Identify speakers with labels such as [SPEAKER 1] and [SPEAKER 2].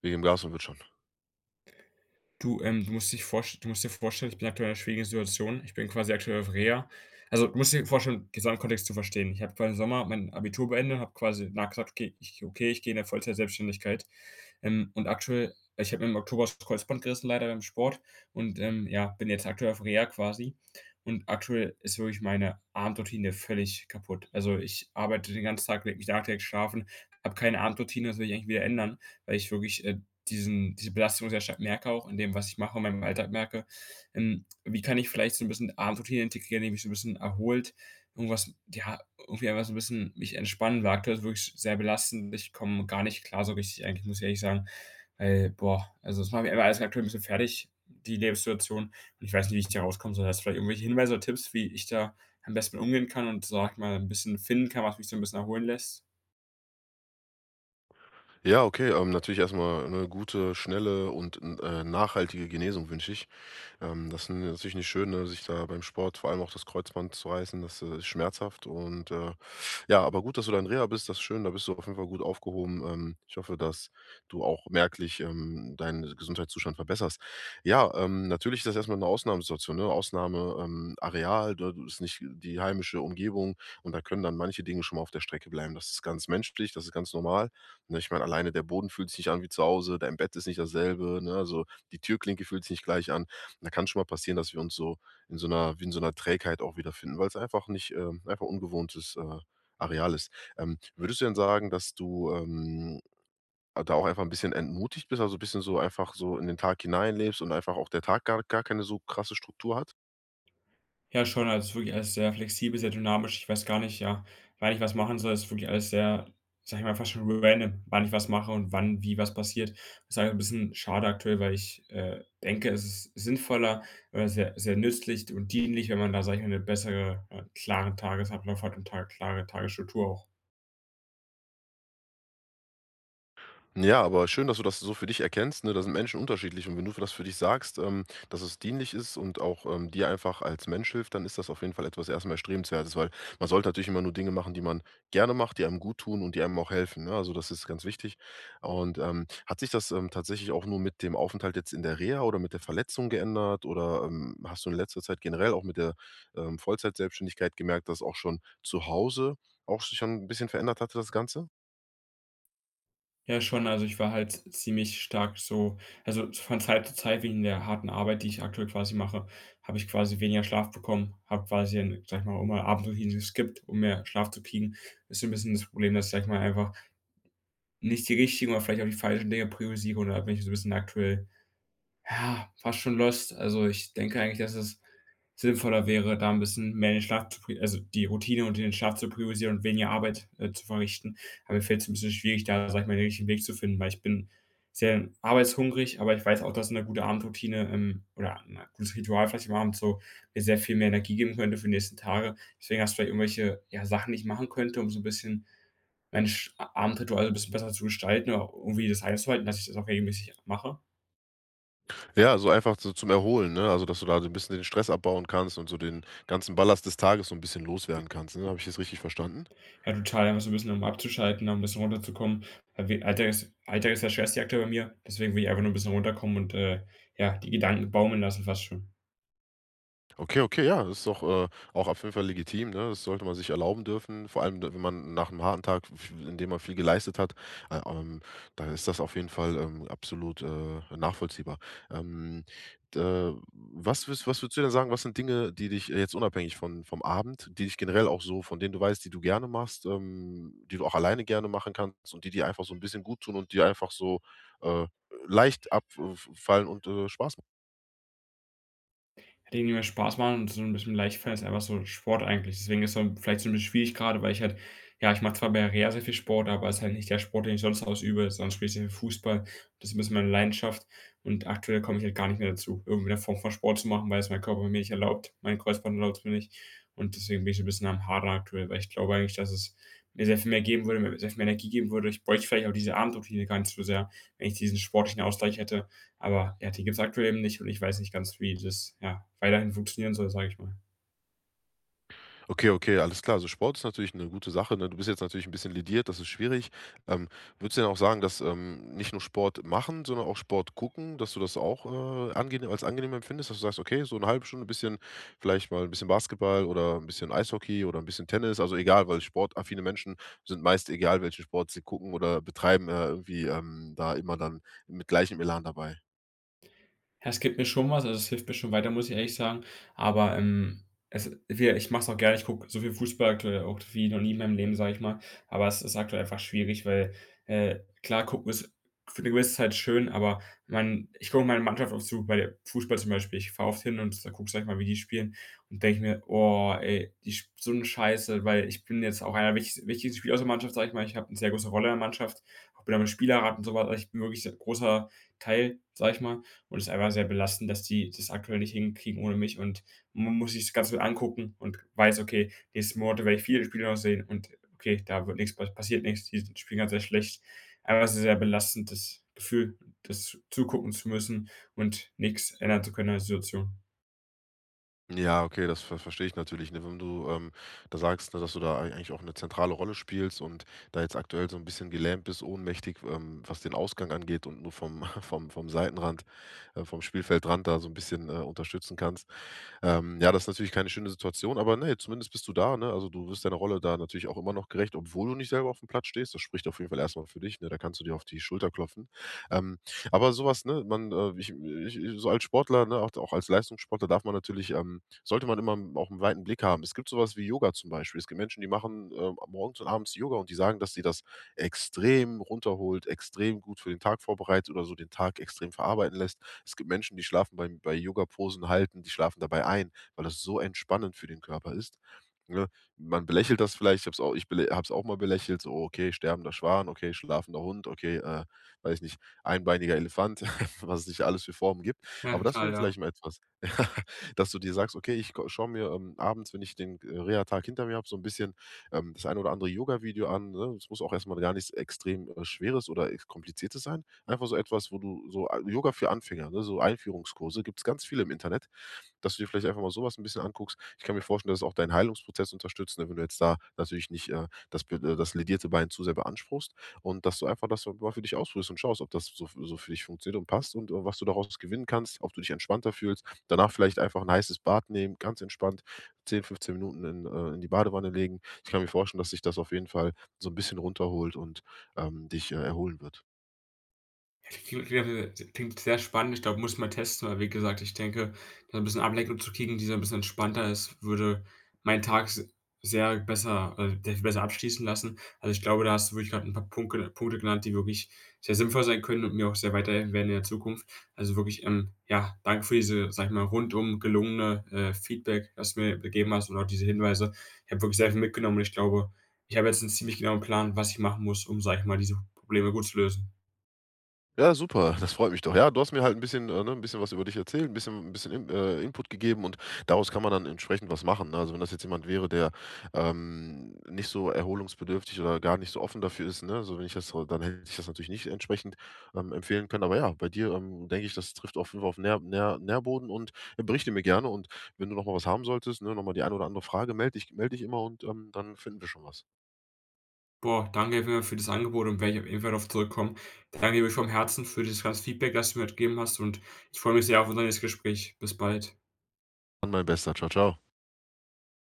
[SPEAKER 1] Wegen dem Gas und wird schon.
[SPEAKER 2] Du, du musst dich vorst du musst dir vorstellen, ich bin aktuell in einer schwierigen Situation. Ich bin quasi aktuell auf Reha. Also, du musst dir vorstellen, Gesamtkontext zu verstehen. Ich habe quasi im Sommer mein Abitur beendet, habe quasi na „Okay, ich gehe in der Vollzeit-Selbstständigkeit.“ Und aktuell ich habe mir im Oktober das Kreuzband gerissen, leider beim Sport, und, ja, bin jetzt aktuell auf Reha quasi. Und aktuell ist wirklich meine Abendroutine völlig kaputt. Also, ich arbeite den ganzen Tag, lege mich danach direkt schlafen, habe keine Abendroutine. Das will ich eigentlich wieder ändern, weil ich wirklich, diese Belastung sehr stark merke, auch in dem, was ich mache, in meinem Alltag merke. Wie kann ich vielleicht so ein bisschen Abendroutine integrieren, die mich so ein bisschen erholt, irgendwas, ja, irgendwie einfach so ein bisschen mich entspannen, weil aktuell ist es wirklich sehr belastend. Ich komme gar nicht klar so richtig eigentlich, muss ich ehrlich sagen, weil, boah, also, das macht mich einfach alles aktuell ein bisschen fertig, die Lebenssituation. Und ich weiß nicht, wie ich da rauskomme soll. Hast du vielleicht irgendwelche Hinweise oder Tipps, wie ich da am besten mit umgehen kann und, sag ich mal, ein bisschen finden kann, was mich so ein bisschen erholen lässt?
[SPEAKER 1] Ja, okay, natürlich erstmal eine gute, schnelle und, nachhaltige Genesung wünsche ich. Das ist natürlich nicht schön, ne, sich da beim Sport vor allem auch das Kreuzband zu reißen, das, ist schmerzhaft und, ja, aber gut, dass du da in Reha bist, das ist schön, da bist du auf jeden Fall gut aufgehoben. Ich hoffe, dass du auch merklich, deinen Gesundheitszustand verbesserst. Ja, natürlich ist das erstmal eine Ausnahmesituation, ne? Ausnahme Areal, da ist nicht die heimische Umgebung und da können dann manche Dinge schon mal auf der Strecke bleiben. Das ist ganz menschlich, das ist ganz normal. Ne, ich meine, alleine der Boden fühlt sich nicht an wie zu Hause, dein Bett ist nicht dasselbe, ne? Also, die Türklinke fühlt sich nicht gleich an. Da kann schon mal passieren, dass wir uns so in so einer wie in so einer Trägheit auch wiederfinden, weil es einfach nicht einfach ungewohntes, Areal ist. Würdest du denn sagen, dass du, da auch einfach ein bisschen entmutigt bist, also, ein bisschen so einfach so in den Tag hineinlebst und einfach auch der Tag gar keine so krasse Struktur hat?
[SPEAKER 2] Ja, schon, also, es ist wirklich alles sehr flexibel, sehr dynamisch. Ich weiß gar nicht, ja, wann ich was machen soll. Es ist wirklich alles sehr, sag ich mal, fast schon random, wann ich was mache und wann wie was passiert. Das ist halt ein bisschen schade aktuell, weil ich, denke, es ist sinnvoller oder sehr sehr nützlich und dienlich, wenn man da, sage ich mal, eine bessere, klaren Tagesablauf hat und ta klare Tagesstruktur auch.
[SPEAKER 1] Ja, aber schön, dass du das so für dich erkennst, ne? Da sind Menschen unterschiedlich und wenn du das für dich sagst, dass es dienlich ist und auch, dir einfach als Mensch hilft, dann ist das auf jeden Fall etwas erst mal Erstrebenswertes, weil man sollte natürlich immer nur Dinge machen, die man gerne macht, die einem gut tun und die einem auch helfen, ne? Also, das ist ganz wichtig. Und, hat sich das, tatsächlich auch nur mit dem Aufenthalt jetzt in der Reha oder mit der Verletzung geändert oder, hast du in letzter Zeit generell auch mit der, Vollzeitselbstständigkeit gemerkt, dass auch schon zu Hause auch sich schon 'n bisschen verändert hatte, das Ganze?
[SPEAKER 2] Ja, schon. Also, ich war halt ziemlich stark so, also, von Zeit zu Zeit wegen der harten Arbeit, die ich aktuell quasi mache, habe ich quasi weniger Schlaf bekommen, habe quasi ein, sage ich mal, immer Abendroutinen geskippt, um mehr Schlaf zu kriegen. Ist so 'n bisschen das Problem, dass ich, sage ich mal, einfach nicht die richtigen oder vielleicht auch die falschen Dinge priorisiere, und da bin ich so ein bisschen aktuell, ja, fast schon lost. Also, ich denke eigentlich, dass es sinnvoller wäre, da ein bisschen mehr den Schlaf zu pri also, die Routine und den Schlaf zu priorisieren und weniger Arbeit, zu verrichten. Aber mir fällt es ein bisschen schwierig, da, sage ich mal, den richtigen Weg zu finden, weil ich bin sehr arbeitshungrig, aber ich weiß auch, dass eine gute Abendroutine, oder ein gutes Ritual vielleicht am Abend so mir sehr viel mehr Energie geben könnte für die nächsten Tage. Deswegen hast du vielleicht irgendwelche, ja, Sachen, die ich machen könnte, um so ein bisschen mein Sch Abendritual so ein bisschen besser zu gestalten oder irgendwie das einzuhalten, dass ich das auch regelmäßig mache?
[SPEAKER 1] Ja, so einfach so zum Erholen, ne? Also, dass du da so ein bisschen den Stress abbauen kannst und so den ganzen Ballast des Tages so ein bisschen loswerden kannst, ne? Habe ich das richtig verstanden?
[SPEAKER 2] Ja, total, einfach so ein bisschen, um abzuschalten, um ein bisschen runterzukommen. Weil wir Alltag ist der Stressreaktor bei mir, deswegen will ich einfach nur ein bisschen runterkommen und, ja, die Gedanken baumeln lassen fast schon.
[SPEAKER 1] Okay, okay, ja, das ist doch, auch auf jeden Fall legitim, ne? Das sollte man sich erlauben dürfen, vor allem, wenn man nach einem harten Tag, v in dem man viel geleistet hat, äh, ähm, dann ist das auf jeden Fall, absolut, nachvollziehbar. Ähm, d Was würdest du denn sagen, was sind Dinge, die dich jetzt unabhängig von vom Abend, die dich generell auch so von denen du weißt, die du gerne machst, die du auch alleine gerne machen kannst und die dir einfach so ein bisschen gut tun und die einfach so, äh, leicht abfallen und, Spaß machen?
[SPEAKER 2] Die mir Spaß machen und so ein bisschen leicht ist einfach so Sport eigentlich. Deswegen ist so vielleicht so 'n bisschen schwierig grade, weil ich halt, ja, ich mache zwar bei Reha sehr viel Sport, aber ist halt nicht der Sport, den ich sonst ausübe, sonst spiele ich sehr viel Fußball. Das ist 'n bisschen meine Leidenschaft und aktuell komme ich halt gar nicht mehr dazu, irgendeine Form von Sport zu machen, weil es mein Körper mir nicht erlaubt. Mein Kreuzband erlaubt's mir nicht, und deswegen bin ich so 'n bisschen am Hadern aktuell, weil ich glaube eigentlich, dass es mir sehr viel mehr Energie geben würde. Ich bräuchte vielleicht auch diese Abendroutine gar nicht so sehr, wenn ich diesen sportlichen Ausgleich hätte. Aber ja, die gibt's aktuell eben nicht, und ich weiß nicht ganz, wie das, ja, weiterhin funktionieren soll, sage ich mal.
[SPEAKER 1] Okay, okay, alles klar. Also Sport ist natürlich eine gute Sache, ne? Du bist jetzt natürlich ein bisschen lediert, das ist schwierig. Ähm, Würdest du denn auch sagen, dass, nicht nur Sport machen, sondern auch Sport gucken, dass du das auch, angenehm als angenehm empfindest, dass du sagst: „Okay, so eine halbe Stunde ein bisschen vielleicht mal ein bisschen Basketball oder ein bisschen Eishockey oder ein bisschen Tennis“, also egal, weil sportaffine Menschen sind meist, egal welchen Sport sie gucken oder betreiben, irgendwie, da immer dann mit gleichem Elan dabei.
[SPEAKER 2] Ja, es gibt mir schon was, also es hilft mir schon weiter, muss ich ehrlich sagen. Aber, es wir ich mache es auch gerne. Ich gucke so viel Fußball aktuell auch wie noch nie in meinem Leben, sage ich mal. Aber es ist aktuell einfach schwierig, weil, klar, gucken ist für eine gewisse Zeit schön, aber man ich gucke meine Mannschaft oft zu, bei der Fußball zum Beispiel. Ich fahre oft hin und da gucke, sage ich mal, wie die spielen, und denke mir: „Oh, ey, die sp so eine Scheiße“, weil ich bin jetzt auch einer der wichtigsten Spieler aus der Mannschaft, sage ich mal. Ich habe eine sehr große Rolle in der Mannschaft, auch bin am Spielerrat und so weiter. Ich bin wirklich 'n großer Teil, sage ich mal. Und es ist einfach sehr belastend, dass die das aktuell nicht hinkriegen ohne mich, und man muss sich das Ganze angucken und weiß: „Okay, nächsten Monate werde ich viele Spiele noch sehen und okay, da wird nichts pa passiert nichts, die sind spielen grad sehr schlecht.“ Einfach sehr, sehr belastend, das Gefühl, das zugucken zu müssen und nichts ändern zu können an der Situation.
[SPEAKER 1] Ja, okay, das verstehe ich natürlich, ne? Wenn du, da sagst, ne, dass du da ei eigentlich auch eine zentrale Rolle spielst und da jetzt aktuell so ein bisschen gelähmt bist, ohnmächtig, was den Ausgang angeht und nur vom vom Seitenrand vom Spielfeldrand da so ein bisschen, unterstützen kannst. Ja, das ist natürlich keine schöne Situation, aber ne, zumindest bist du da, ne? Also, du wirst deiner Rolle da natürlich auch immer noch gerecht, obwohl du nicht selber auf dem Platz stehst. Das spricht auf jeden Fall erstmal für dich, ne? Da kannst du dir auf die Schulter klopfen. Ähm, aber sowas, ne, man, ich so als Sportler, ne, auch als Leistungssportler darf man natürlich, sollte man immer auch einen weiten Blick haben. Es gibt sowas wie Yoga zum Beispiel. Es gibt Menschen, die machen, morgens und abends Yoga und die sagen, dass sie das extrem runterholt, extrem gut für den Tag vorbereitet oder so den Tag extrem verarbeiten lässt. Es gibt Menschen, die schlafen beim bei Yoga Posen halten, die schlafen dabei ein, weil das so entspannend für den Körper ist, ne? Man belächelt das vielleicht, ich habe es auch ich bele habe es auch mal belächelt, so: „Okay, sterbender Schwan, okay, schlafender Hund, okay, weiß nicht, einbeiniger Elefant“, was es nicht alles für Formen gibt. Aber das
[SPEAKER 2] Mental,
[SPEAKER 1] wäre
[SPEAKER 2] ja.
[SPEAKER 1] vielleicht mal etwas dass du dir sagst: „Okay, ich schaue mir, abends, wenn ich den, Reha-Tag hinter mir habe, so ein bisschen, das ein oder andere Yoga-Video an“, ne? Es muss auch erstmal gar nichts extrem, Schweres oder ex Kompliziertes sein. Einfach so etwas, wo du so a Yoga für Anfänger, ne, so Einführungskurse, gibt es ganz viele im Internet, dass du dir vielleicht einfach mal sowas ein bisschen anguckst. Ich kann mir vorstellen, dass es auch deinen Heilungsprozess unterstützt, ne, wenn du jetzt da natürlich nicht, das ledierte Bein zu sehr beanspruchst und dass du einfach das so mal für dich ausprobierst und schaust, ob das so für dich funktioniert und passt und, was du daraus gewinnen kannst, ob du dich entspannter fühlst. Danach vielleicht einfach ein heißes Bad nehmen, ganz entspannt 10, 15 Minuten in die Badewanne legen. Ich kann mir vorstellen, dass sich das auf jeden Fall so ein bisschen runterholt und, dich, erholen wird.
[SPEAKER 2] Ja, das klingt klingt sehr spannend. Ich glaube, muss ich mal testen, weil wie gesagt, ich denke, da 'n bisschen Ablenkung zu kriegen, die so 'n bisschen entspannter ist, würde meinen Tag s sehr viel besser abschließen lassen. Also, ich glaube, da hast du wirklich gerade ein paar Punkte genannt, die wirklich sehr sinnvoll sein können und mir auch sehr weiterhelfen werden in der Zukunft. Also, wirklich, ja, danke für diese, sage ich mal, rundum gelungene, Feedback, das du mir gegeben hast und auch diese Hinweise. Ich habe wirklich sehr viel mitgenommen und ich glaube, ich habe jetzt einen ziemlich genauen Plan, was ich machen muss, um, sage ich mal, diese Probleme gut zu lösen.
[SPEAKER 1] Ja, super, das freut mich doch. Ja, du hast mir halt ein bisschen ne, ein bisschen was über dich erzählt, ein bisschen In Input gegeben und daraus kann man dann entsprechend was machen, ne? Also, wenn das jetzt jemand wäre, der, nicht so erholungsbedürftig oder gar nicht so offen dafür ist, ne, so wenn ich das so dann hätte ich das natürlich nicht entsprechend, empfehlen können. Aber ja, bei dir, denke ich, das trifft auf jeden Fall auf Nährboden und berichte mir gerne und wenn du noch mal was haben solltest, ne, noch mal die eine oder andere Frage, melde dich immer und, dann finden wir schon was.
[SPEAKER 2] Boah, danke auf jeden Fall für das Angebot und werde ich auf jeden Fall darauf zurückkommen. Danke dir wirklich vom Herzen für dieses ganze Feedback, das du mir halt gegeben hast, und ich freue mich sehr auf unser nächstes Gespräch. Bis bald.
[SPEAKER 1] Dann mein Bester. Ciao, ciao.